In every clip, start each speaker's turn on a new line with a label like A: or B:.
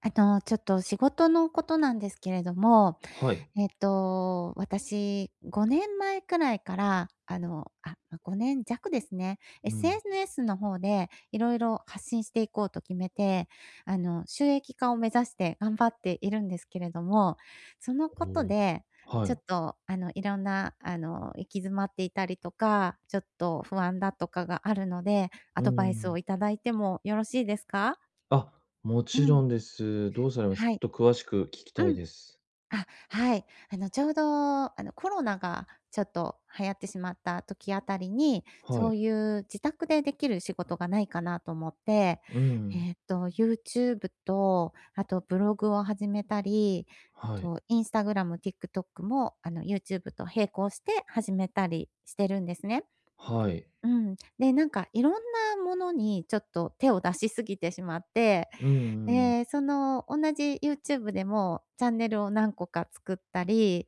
A: ちょっと仕事のことなんですけれども、
B: はい。
A: 私、5年前くらいから、ま、5年弱ですね。
B: うん。
A: SNS の方でいろいろ発信していこうと決めて、収益化を目指して頑張っているんですけれども、そのこと
B: おー、
A: で、
B: は
A: ちょ
B: い。
A: っと、いろんな、行き詰まっていたりとか、ちょっと不安だとかがあるので、ア
B: う
A: ドバイス
B: ん。
A: をいただいてもよろしいですか？
B: あ、も
A: う
B: ちろ
A: ん。
B: んです。どうされます？
A: はい。
B: ちょっと詳しく聞きた
A: う
B: い
A: ん。
B: です。
A: あ、はい。ちょうど、コロナがちょっと流行ってしまった時あたりに、
B: は
A: そ
B: い。
A: ういう自宅でできる仕事がないかなと思って、
B: うん。
A: YouTube と、あとブログを始めたり、あ
B: はい、
A: と、Instagram、TikTok も、YouTube と並行して始めたりしてるんですね。
B: はい。
A: うん。で、なんか、いろんなものにちょっと手を出しすぎてしまって、
B: うんうん。
A: で、その同じ YouTube でもチャンネルを何個か作ったり、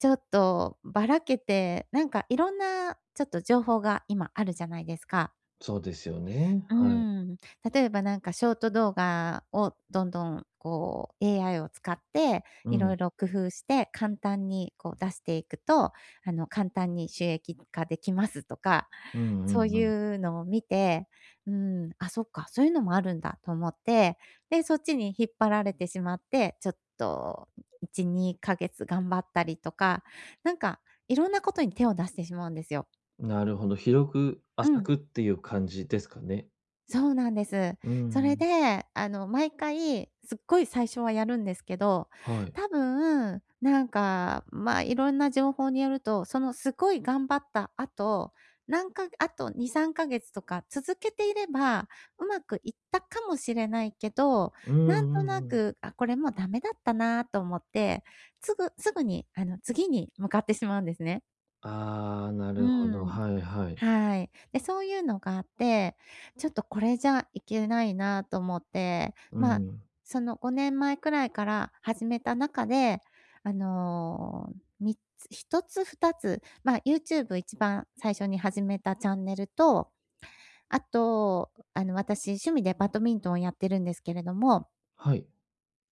A: ちょっとばらけて、なんかいろんなちょっと情報が今あるじゃないですか。
B: そうですよね、
A: うー
B: はい。
A: ん。例えばなんかショート動画をどんどんこう AI を使って、
B: う
A: いろ
B: ん、
A: いろ工夫して簡単にこう出していくと、簡単に収益化できますとか、
B: うん
A: そ
B: う
A: う
B: んう
A: い
B: ん。
A: うのを見て、うん、あ、そっか、そういうのもあるんだと思って、で、そっちに引っ張られてしまって、ちょっと1、2ヶ月頑張ったりとか、なんかいろんなことに手を出してしまうんですよ。
B: なるほど、広く
A: う
B: 浅
A: ん。
B: くっていう感じですかね？
A: そうなんです。
B: う
A: それ
B: ん。
A: で、毎回、すっごい最初はやるんですけど、
B: はい。
A: 多分、なんか、まあ、いろんな情報によると、そのすごい頑張った後、なんか、あと2、3ヶ月とか続けていれば、うまくいったかもしれないけど、
B: うん
A: なん
B: う
A: と
B: ん
A: な
B: うん。
A: く、あ、これもうダメだったなと思って、すぐに、次に向かってしまうんですね。
B: ああ、な
A: う
B: るほど、
A: ーん。
B: はいはい。
A: はい。で、そういうのがあって、ちょっとこれじゃいけないなと思って、
B: う
A: まあ、
B: ん。
A: その5年前くらいから始めた中で、あの、3つ、1つ2つ、まあ、YouTube 一番最初に始めたチャンネルと、あと、私趣味でバドミントンをやってるんですけれども、
B: はい。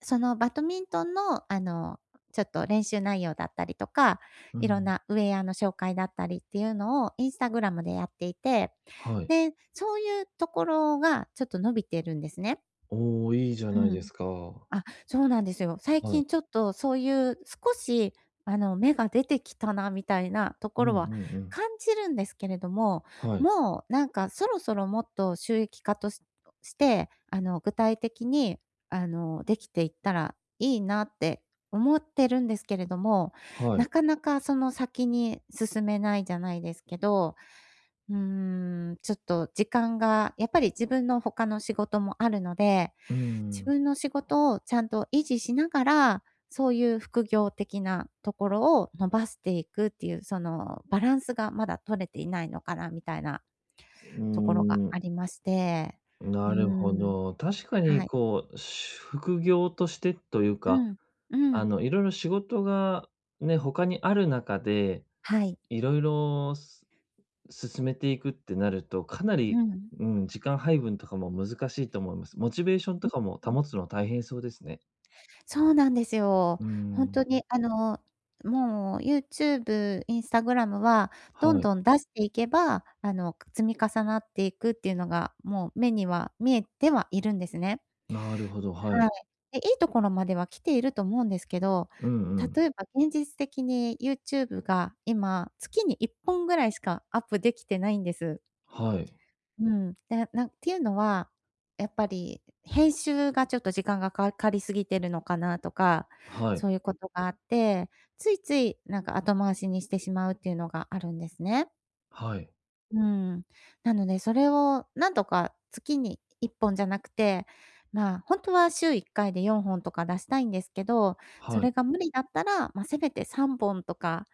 A: そのバドミントンの、ちょっと練習内容だったりとか、
B: う
A: いろん
B: ん。
A: なウェアの紹介だったりっていうのをインスタグラムでやっていて、
B: はい。
A: で、そういうところがちょっと伸びてるんですね。
B: おお、いいじゃ
A: う
B: ないで
A: ん。
B: すか。
A: あ、そうなんですよ。最
B: はい。
A: 近ちょっとそういう少し、芽が出てきたなみたいなと
B: う
A: こ
B: んう
A: ろは
B: んうん。
A: 感じるんですけれども、
B: はい、
A: もうなんかそろそろもっと収益化として、具体的に、できていったらいいなって思ってるんですけれども、
B: は
A: な
B: い。
A: かなかその先に進めないじゃないですけど、うーん、ちょっと時間がやっぱり自分の他の仕事もあるので、
B: う
A: 自
B: ん、
A: 分の仕事をちゃんと維持しながら、そういう副業的なところを伸ばしていくっていう、そのバランスがまだ取れていないのかなみたいな
B: うー
A: ところが
B: ん、
A: ありまして。う
B: なるほ
A: ーん、
B: ど。確かに
A: はい。
B: こう、副業としてという
A: う
B: か、
A: ん、うん、
B: いろいろ仕事がね、他にある中で、
A: はい、
B: いろいろ進めていくってなると、かな
A: う
B: り、
A: ん、うん、
B: うん、時間配分とかも難しいと思います。モチベーションとかも
A: うん。
B: 保つの大変そうですね。
A: そうなんですよ。
B: うー
A: ほん
B: ん、
A: とにもう YouTube、Instagram はどん
B: はい。
A: どん出していけば、積み重なっていくっていうのが、もう目には見えてはいるんですね。
B: なるほど、は
A: は
B: い。
A: い。で、いいところまでは来ていると思うんですけど、
B: うんうん。
A: 例えば現実的に YouTube が今、月に1本ぐらいしかアップできてないんです。
B: はい。
A: うん。で、なんっていうのは、やっぱり編集がちょっと時間がかかりすぎてるのかなとか、
B: はい。
A: そういうことがあって、ついついなんか後回しにしてしまうっていうのがあるんですね。
B: はい。
A: うん。なので、それをなんとか月に1本じゃなくて、まあ、本当は週1回で4本とか出したいんですけど、そ
B: はい。
A: れが無理だったら、ま、せめて3本とか、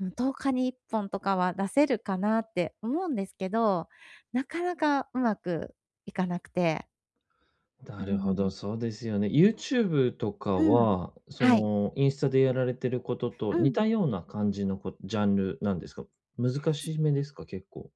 A: うん、10日に1本とかは出せるかなって思うんですけど、なかなかうまくいかなくて。
B: な
A: うー
B: るほど、
A: ん。
B: そうですよね。YouTube とか
A: うん。
B: は、
A: はい。
B: インスタでやられてることと
A: う
B: 似
A: ん。
B: たような感じのジャンルなんですか？難しめですか？結構。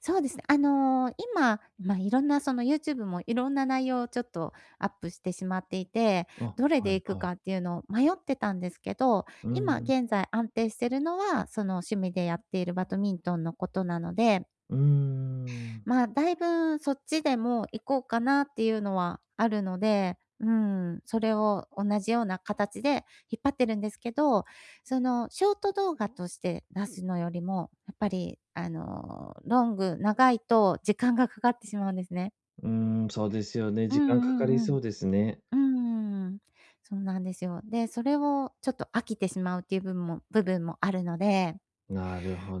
A: そうですね。今、まあ、いろんなその YouTube もいろんな内容をちょっとアップしてしまっていて、
B: あ、
A: どれ
B: は
A: で
B: い
A: 行く
B: はい。
A: かっていうのを迷ってたんですけど、
B: うー
A: 今
B: ん、
A: 現在安定してるのは、その趣味でやっているバドミントンのことなので、
B: うーん、
A: まあ、だいぶそっちでも行こうかなっていうのはあるので、うん、それを同じような形で引っ張ってるんですけど、そのショート動画として出すのよりも、やっぱりロング長いと時間がかかってしまうんですね。
B: うーん、そうですよね。
A: う
B: 時間かか
A: ん
B: り
A: うんう
B: そ
A: ん。
B: うですね。
A: うん。そうなんですよ。で、それをちょっと飽きてしまうっていう部分もあるので。
B: なるほ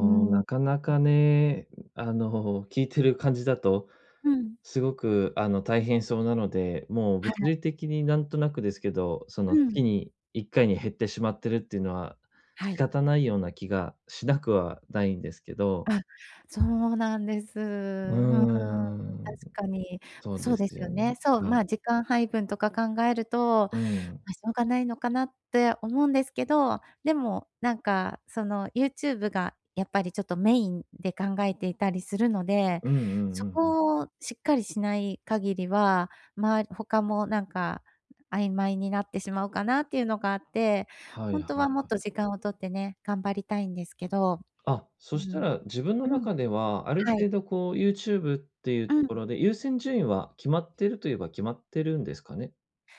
A: うん。
B: なかなかね、聞いてる感じだと
A: うん。
B: すごく、大変そうなので、もう
A: は
B: 物
A: い。
B: 理的になんとなくですけど、その
A: うん。
B: 月に1回に減ってしまってるっていうのは、
A: は
B: 仕
A: い。
B: 方ないような気がしなくはないんですけど。
A: あ、そうなんです。う
B: う
A: ん、
B: ー
A: 確
B: ん、
A: かに。
B: そう
A: そ
B: で
A: う
B: す
A: ですよ
B: よね。
A: ね。そう、
B: は
A: ま
B: い。
A: あ、時間配分とか考えると、
B: うん。
A: ま、しょうがないのかなって思うんですけど、でも、なんか、その、YouTube がやっぱりちょっとメインで考えていたりするので、
B: うんうん
A: そ
B: うんうん。
A: こをしっかりしない限りは、ま、他もなんか曖昧になってしまうかなっていうのがあって、
B: は
A: ほ
B: いはい
A: ん
B: は
A: とは
B: い。
A: もっと時間を取ってね、頑張りたいんですけど。
B: あ、
A: う
B: そした
A: ん。
B: ら自分の
A: うん。
B: 中では、ある
A: はい。
B: 程度こう YouTube っていう
A: う
B: と
A: ん、
B: ころで、優先順位は決まってるといえば決まってるんですかね？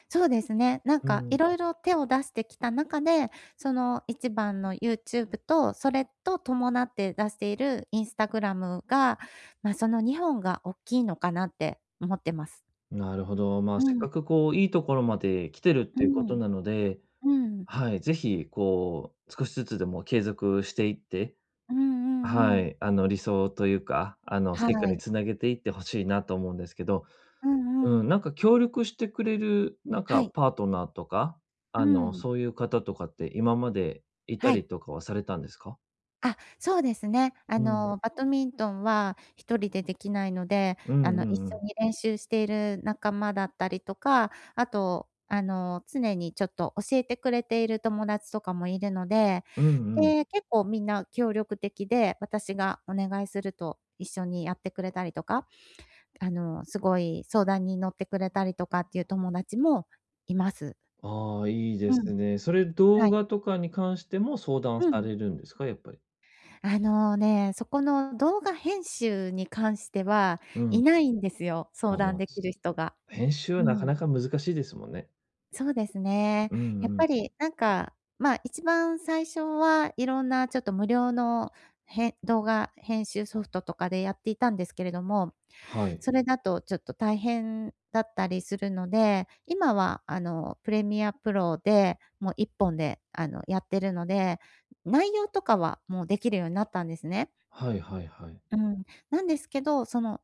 A: そうですね。なん
B: う
A: か
B: ん。
A: いろいろ手を出してきた中で、その一番の YouTube と、それと伴って出している Instagram が、まあ、その2本が大きいのかなって思ってます。
B: なるほど。まあ、
A: う
B: せっ
A: ん、
B: かくこう、いいところまで来てるって
A: う
B: いうこと
A: ん、
B: なので、
A: うん、う
B: はい、ぜひこう、少しずつでも継続していって、
A: んう
B: は
A: んうん。
B: い、理想というか、
A: は
B: 成果に
A: い。
B: つなげていってほしいなと思うんですけど、
A: うんう
B: う
A: ん。
B: ん、なんか協力してくれる、なん
A: は
B: か
A: い。
B: パートナーとか、
A: うん。
B: そういう方とかって今までいた
A: はい。
B: りとかはされたんですか？
A: あ、そうですね。
B: うん。
A: バドミントンは一人でできないので、
B: うんう
A: 一
B: んう
A: 緒
B: ん。
A: に練習している仲間だったりとか、あと、常にちょっと教えてくれている友達とかもいるので、
B: うんうん。
A: で、結構みんな協力的で、私がお願いすると一緒にやってくれたりとか、すごい相談に乗ってくれたりとかっていう友達もいます。
B: ああ、いいで
A: うん、
B: すね。それ動
A: はい。
B: 画とかに関しても相談
A: う
B: さ
A: ん。
B: れるんですか？やっぱり。
A: あのね、そこの動画編集に関しては、
B: うん。
A: いないんですよ、相
B: あ、ま
A: 談
B: あ、
A: できる人が。
B: 編集は
A: う
B: なか
A: ん。
B: なか難しいですもんね。
A: そうですね。
B: うん
A: やっ
B: う
A: ぱ
B: ん。
A: りなんか、まあ、一番最初はいろんなちょっと無料の動画編集ソフトとかでやっていたんですけれども、
B: はい。
A: それだとちょっと大変だったりするので、今はプレミアプロで、もう1本でやってるので、内容とかはもうできるようになったんですね。
B: はいはいはい。
A: うん、なんですけど、その、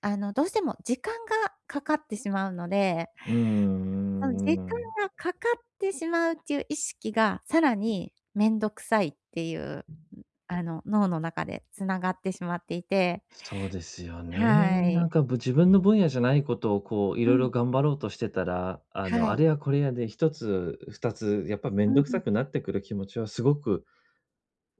A: あの、どうしても時間がかかってしまうので、
B: う
A: その
B: ん
A: 時
B: ん。
A: 間がかかってしまうっていう意識が、さらにめんどくさいっていう、ん、脳の中で繋がってしまっていて、
B: そうですよね。
A: は
B: な
A: い。
B: んか、自分の分野じゃないことをこう、い
A: う
B: ろいろ
A: ん、
B: 頑張ろうとしてたら、
A: は
B: あれ
A: い。
B: やこれやで一つ、二つ、やっぱめん
A: う
B: どくさ
A: ん。
B: くなってくる気持ちはすごく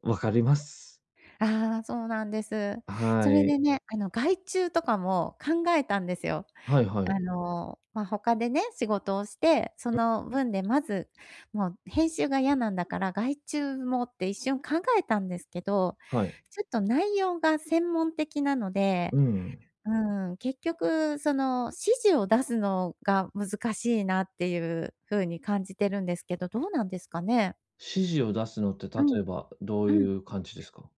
B: わかります。
A: ああ、そうなんです。そ
B: は
A: れ
B: い。
A: でね、あの、外注とかも考えたんですよ。
B: はいはい。
A: あの、まあ、他でね、仕事をして、その分でまず、もう編集が嫌なんだから、外注もって一瞬考えたんですけど、
B: はい。
A: ちょっと内容が専門的なので、
B: うん。
A: うん、結局その指示を出すのが難しいなっていう風に感じてるんですけど、どうなんですかね？
B: 指示を出すのって、例
A: う
B: え
A: ん、
B: ばどう
A: う
B: い
A: ん。
B: う感じですか？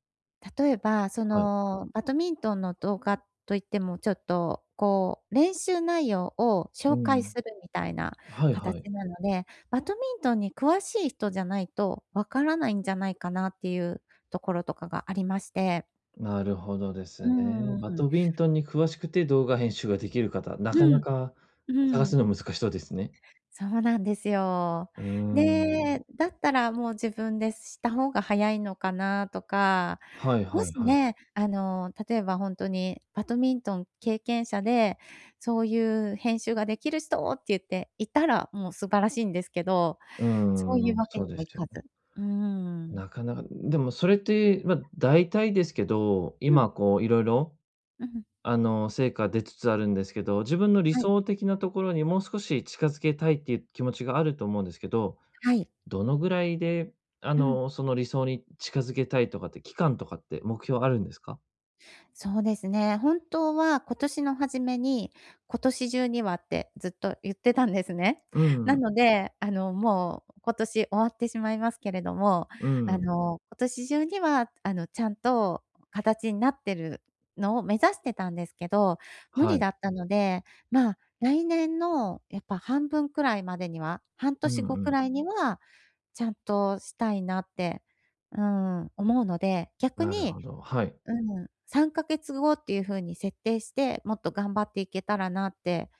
A: 例えば、そ
B: はい。
A: の、バドミントンの動画といっても、ちょっと、こう、練習内容を
B: う
A: 紹介
B: ん。
A: するみたいな
B: はいはい。
A: 形なので、バドミントンに詳しい人じゃないとわからないんじゃないかなっていうところとかがありまして。
B: なるほどで
A: う
B: すね。
A: ー
B: バ
A: ん。
B: ドミントンに詳しくて動画編集ができる方、な
A: う
B: かな
A: ん、
B: か
A: う
B: 探す
A: ん。
B: の難しそうですね。
A: そうなんですよ。
B: うーん。
A: で、だったらもう自分でした方が早いのかなとか、
B: はい
A: も
B: はい
A: し
B: はい。
A: ね、あの、例えば本当にバドミントン経験者で、そういう編集ができる人って言っていたら、もう素晴らしいんですけど、
B: う
A: そういう
B: ーん、
A: わけ
B: そう
A: に
B: で
A: も
B: す
A: い
B: よ
A: か
B: ね。
A: ず。うーん。
B: なかなか、でもそれって、ま、大体ですけど、
A: うん、
B: 今こういろいろ
A: うん、
B: 成果出つつあるんですけど、自分の理
A: はい、
B: 想的なところにもう少し近づけたいっていう気持ちがあると思うんですけど、
A: はい、
B: どのぐらいで、
A: うん。
B: その理想に近づけたいとかって、期間とかって目標あるんですか？
A: そうですね。本当は今年の初めに、今年中にはってずっと言ってたんですね。
B: う
A: な
B: ん
A: ので、あの、もう今年終わってしまいますけれども、
B: う
A: あ
B: ん、
A: の、今年中には、あの、ちゃんと形になってるのを目指してたんですけど、無
B: は
A: 理
B: い。
A: だったので、まあ、来年のやっぱ半分くらいまでには、半
B: う
A: 年
B: ん
A: 後
B: う
A: く
B: ん。
A: らいにはちゃんとしたいなって、うん、思うので、逆
B: なる
A: に
B: ほど、はい。
A: うん、3ヶ月後っていう風に設定して、もっと頑張っていけたらなって、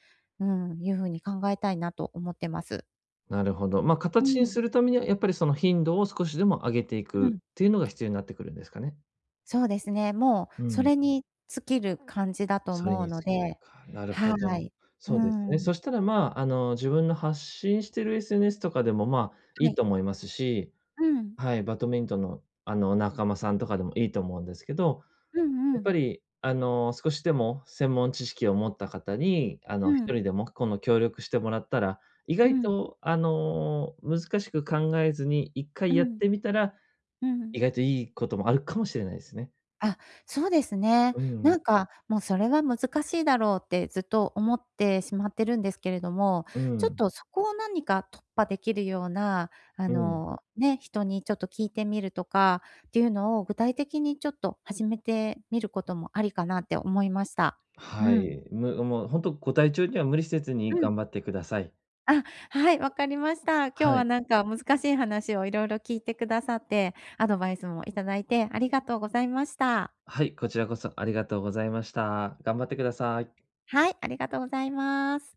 A: ういう風に考えたいなと思ってます。
B: なるほど。まあ、
A: う
B: 形に
A: ん、
B: するためには、やっぱりその頻度を少しでも上げてい
A: う
B: くっ
A: ん、
B: ていうのが必要になってくるんですかね。
A: そうですね。もう
B: う
A: そ
B: ん、
A: れに尽きる感じだと
B: それ
A: 思う
B: に
A: の
B: 尽きる
A: で、
B: か。なるほ
A: は
B: ど。
A: い。う
B: そうですね。
A: ん、
B: そしたら、まあ、自分の発信してる SNS とかでも、まあ、い
A: は
B: い
A: い。
B: と思いますし、
A: うん。
B: はい、バドミントンの、仲間さんとかでもいいと思うんですけど、
A: うん
B: や
A: う
B: っ
A: ん。
B: ぱり、少しでも専門知識を持った方に、
A: う
B: 1
A: ん。
B: 人でもこの協力してもらったら、意
A: う
B: 外
A: ん。
B: と、難しく考えずに一
A: う
B: 回やっ
A: ん。
B: てみたら、
A: うん。
B: 意外といいこともあるかもしれないですね。
A: あ、そうですね。
B: うん、
A: なんか、もうそれは難しいだろうってずっと思ってしまってるんですけれども、
B: う
A: ちょっ
B: ん、
A: とそこを何か突破できるような、
B: うん。
A: 人にちょっと聞いてみるとかっていうのを具体的にちょっと始めてみることもありかなって思いました。う
B: は
A: ん。
B: い。もうほんとご体調には無理せずに
A: うん。
B: 頑張ってください。
A: あ、はい、わかりました。今日
B: は
A: は
B: い。
A: なんか難しい話をいろいろ聞いてくださって、アドバイスもいただいてありがとうございました。
B: はい、こちらこそありがとうございました。頑張ってください。
A: はい、ありがとうございます。